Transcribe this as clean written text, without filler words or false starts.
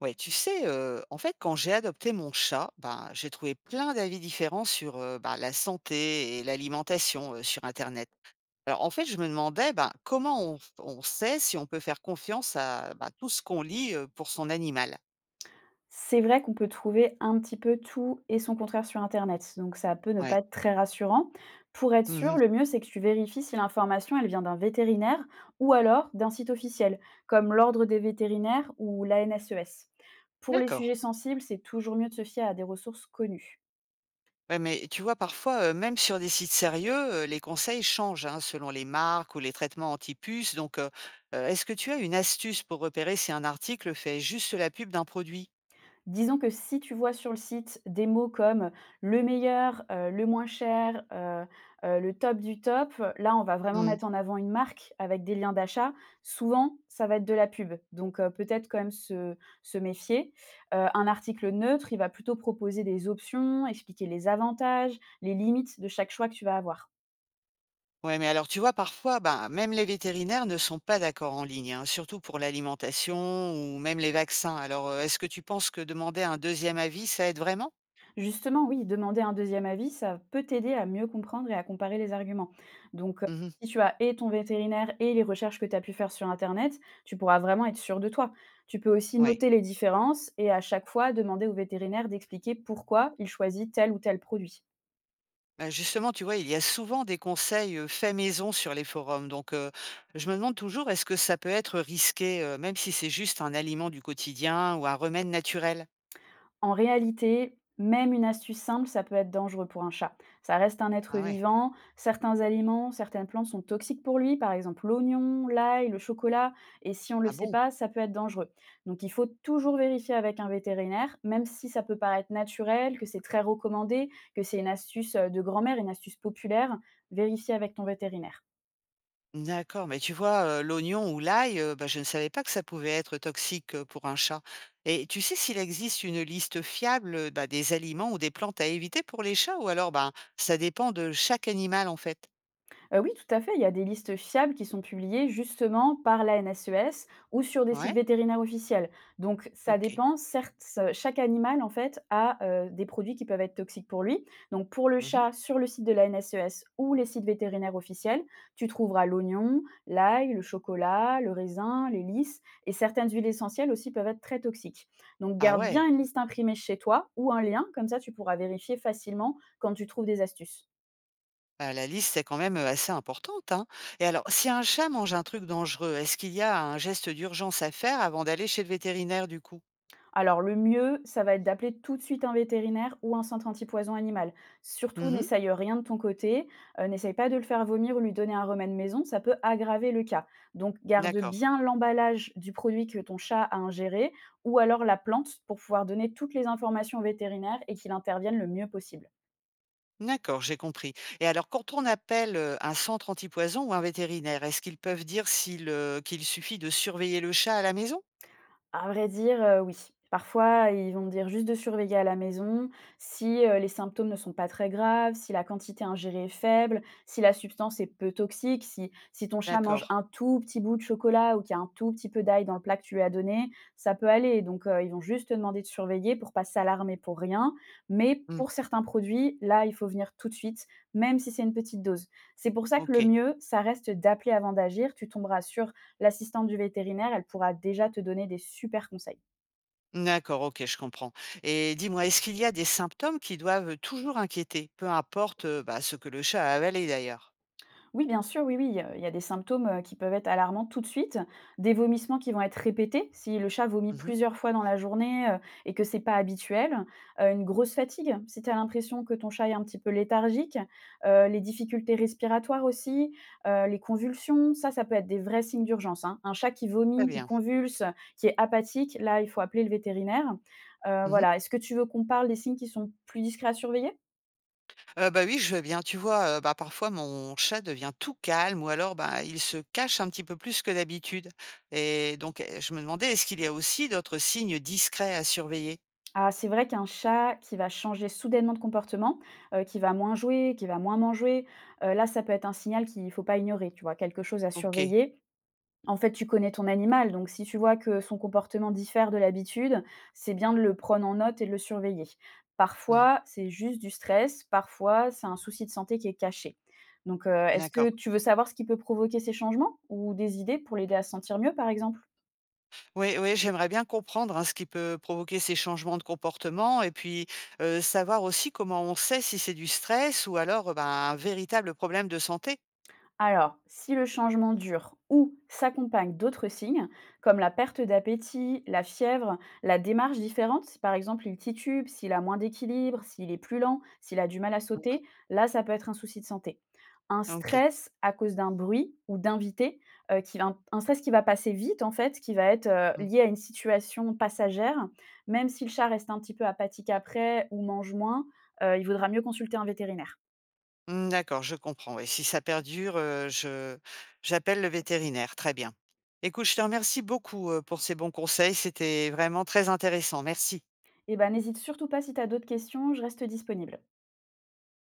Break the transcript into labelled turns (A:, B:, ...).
A: Ouais, tu sais, en fait, quand j'ai adopté mon chat, ben, j'ai trouvé plein d'avis différents sur, bah, la santé et l'alimentation, sur internet. Alors, en fait, je me demandais, ben, comment on sait si on peut faire confiance à, bah, tout ce qu'on lit, pour son animal?
B: C'est vrai qu'on peut trouver un petit peu tout et son contraire sur internet, donc ça peut ne
A: Ouais.
B: pas être très rassurant. Pour être sûr,
A: Mmh.
B: le mieux, c'est que tu vérifies si l'information, elle vient d'un vétérinaire ou alors d'un site officiel, comme l'Ordre des vétérinaires ou l'ANSES. Pour les
A: D'accord.
B: sujets sensibles, c'est toujours mieux de se fier à des ressources connues.
A: Ouais, mais tu vois, parfois, même sur des sites sérieux, les conseils changent, hein, selon les marques ou les traitements anti-puces. Donc, est-ce que tu as une astuce pour repérer si un article fait juste la pub d'un produit?
B: Disons que si tu vois sur le site des mots comme le meilleur, le moins cher, le top du top, là, on va vraiment
A: Mmh.
B: mettre en avant une marque avec des liens d'achat. Souvent, ça va être de la pub, donc peut-être quand même se méfier. Un article neutre, il va plutôt proposer des options, expliquer les avantages, les limites de chaque choix que tu vas avoir.
A: Ouais, mais alors tu vois, parfois, ben, même les vétérinaires ne sont pas d'accord en ligne, hein, surtout pour l'alimentation ou même les vaccins. Alors, est-ce que tu penses que demander un deuxième avis, ça aide vraiment?
B: Justement, oui, demander un deuxième avis, ça peut t'aider à mieux comprendre et à comparer les arguments. Donc, heu,
A: Mhm.
B: Si tu as et ton vétérinaire et les recherches que tu as pu faire sur internet, tu pourras vraiment être sûr de toi. Tu peux aussi
A: Ouais.
B: noter les différences et à chaque fois demander au vétérinaire d'expliquer pourquoi il choisit tel ou tel produit.
A: Ben, justement, tu vois, il y a souvent des conseils faits maison sur les forums. Donc, je me demande toujours, est-ce que ça peut être risqué, même si c'est juste un aliment du quotidien ou un remède naturel?
B: En réalité, même une astuce simple, ça peut être dangereux pour un chat. Ça reste un être
A: Ah ouais.
B: vivant, certains aliments, certaines plantes sont toxiques pour lui, par exemple l'oignon, l'ail, le chocolat, et si on ne le
A: Ah
B: sait
A: bon?
B: pas, ça peut être dangereux. Donc il faut toujours vérifier avec un vétérinaire, même si ça peut paraître naturel, que c'est très recommandé, que c'est une astuce de grand-mère, une astuce populaire, vérifier avec ton vétérinaire.
A: D'accord, mais tu vois, l'oignon ou l'ail, bah, je ne savais pas que ça pouvait être toxique, pour un chat. Et tu sais s'il existe une liste fiable, bah, des aliments ou des plantes à éviter pour les chats ou alors, ben, ça dépend de chaque animal en fait?
B: Oui, tout à fait, il y a des listes fiables qui sont publiées justement par la l'ANSES ou sur des sites
A: Ouais?
B: vétérinaires officiels. Donc ça
A: OK.
B: dépend, certes, ce chaque animal, en fait, a, des produits qui peuvent être toxiques pour lui. Donc pour le
A: Mmh.
B: chat, sur le site de la l'ANSES ou les sites vétérinaires officiels, tu trouveras l'oignon, l'ail, le chocolat, le raisin, les lys, et certaines huiles essentielles aussi peuvent être très toxiques. Donc
A: Ah
B: garde bien
A: ouais,
B: une liste imprimée chez toi ou un lien, comme ça tu pourras vérifier facilement quand tu trouves des astuces.
A: bah, la liste est quand même, assez importante, hein. Et alors si un chat mange un truc dangereux, est-ce qu'il y a un geste d'urgence à faire avant d'aller chez le vétérinaire du coup?
B: Alors le mieux, ça va être d'appeler tout de suite un vétérinaire ou un centre antipoison animal. Surtout,
A: Mmh.
B: n'essaye rien de ton côté, n'essaye pas de le faire vomir ou lui donner un remède maison, ça peut aggraver le cas. Donc garde
A: D'accord.
B: bien l'emballage du produit que ton chat a ingéré ou alors la plante pour pouvoir donner toutes les informations au vétérinaire et qu'il intervienne le mieux possible.
A: D'accord, j'ai compris. Et alors, quand on appelle un centre antipoison ou un vétérinaire, est-ce qu'ils peuvent dire s'il, qu'il suffit de surveiller le chat à la maison?
B: À vrai dire, oui. Parfois, ils vont me dire juste de surveiller à la maison si, les symptômes ne sont pas très graves, si la quantité ingérée est faible, si la substance est peu toxique, si ton chat
A: D'accord.
B: mange un tout petit bout de chocolat ou qu'il y a un tout petit peu d'ail dans le plat que tu lui as donné, ça peut aller. Ils vont juste te demander de surveiller pour pas s'alarmer pour rien. Mais
A: Hmm.
B: pour certains produits, là, il faut venir tout de suite, même si c'est une petite dose. C'est pour ça que
A: Ok.
B: le mieux, ça reste d'appeler avant d'agir. Tu tomberas sur l'assistante du vétérinaire, elle pourra déjà te donner des super conseils.
A: D'accord, ok, je comprends. Et dis-moi, est-ce qu'il y a des symptômes qui doivent toujours inquiéter, peu importe bah, ce que le chat a avalé d'ailleurs?
B: Oui, bien sûr, oui, oui, il y a des symptômes qui peuvent être alarmants tout de suite, des vomissements qui vont être répétés si le chat vomit
A: Mhm.
B: plusieurs fois dans la journée, et que c'est pas habituel, une grosse fatigue si tu as l'impression que ton chat est un petit peu léthargique, les difficultés respiratoires aussi, les convulsions, ça peut être des vrais signes d'urgence, hein. Un chat qui
A: Très
B: vomit, qui
A: bien.
B: convulse, qui est apathique, là, il faut appeler le vétérinaire.
A: Mhm.
B: Voilà. Est-ce que tu veux qu'on parle des signes qui sont plus discrets à surveiller?
A: Oui, je veux bien. Tu vois, bah, parfois mon chat devient tout calme ou alors, bah, il se cache un petit peu plus que d'habitude et donc je me demandais, est-ce qu'il y a aussi d'autres signes discrets à surveiller?
B: Ah, c'est vrai qu'un chat qui va changer soudainement de comportement, qui va moins jouer, qui va moins manger, là, ça peut être un signal qu'il ne faut pas ignorer, tu vois? Quelque chose à
A: OK.
B: surveiller. En fait, tu connais ton animal, donc si tu vois que son comportement diffère de l'habitude, c'est bien de le prendre en note et de le surveiller.
A: Mmh.
B: Parfois, c'est juste du stress, parfois, c'est un souci de santé qui est caché. Est-ce
A: D'accord.
B: que tu veux savoir ce qui peut provoquer ces changements ou des idées pour l'aider à se sentir mieux, par exemple?
A: Oui, oui, j'aimerais bien comprendre, hein, ce qui peut provoquer ces changements de comportement et puis, savoir aussi comment on sait si c'est du stress ou alors, ben, un véritable problème de santé.
B: Alors, si le changement dure ou s'accompagne d'autres signes, comme la perte d'appétit, la fièvre, la démarche différente, si par exemple il titube, s'il a moins d'équilibre, s'il est plus lent, s'il a du mal à
A: Mmh.
B: sauter, là, ça peut être un souci de santé. Un
A: OK.
B: stress à cause d'un bruit ou d'invité, un stress qui va passer vite en fait, qui va être
A: Mmh.
B: lié à une situation passagère, même si le chat reste un petit peu apathique après ou mange moins, il vaudra mieux consulter un vétérinaire.
A: Mmh, d'accord, je comprends. Et si ça perdure, je j'appelle le vétérinaire, très bien. Écoute, je te remercie beaucoup, pour ces bons conseils, c'était vraiment très intéressant. Merci.
B: Et ben, n'hésite surtout pas si tu as d'autres questions, je reste disponible.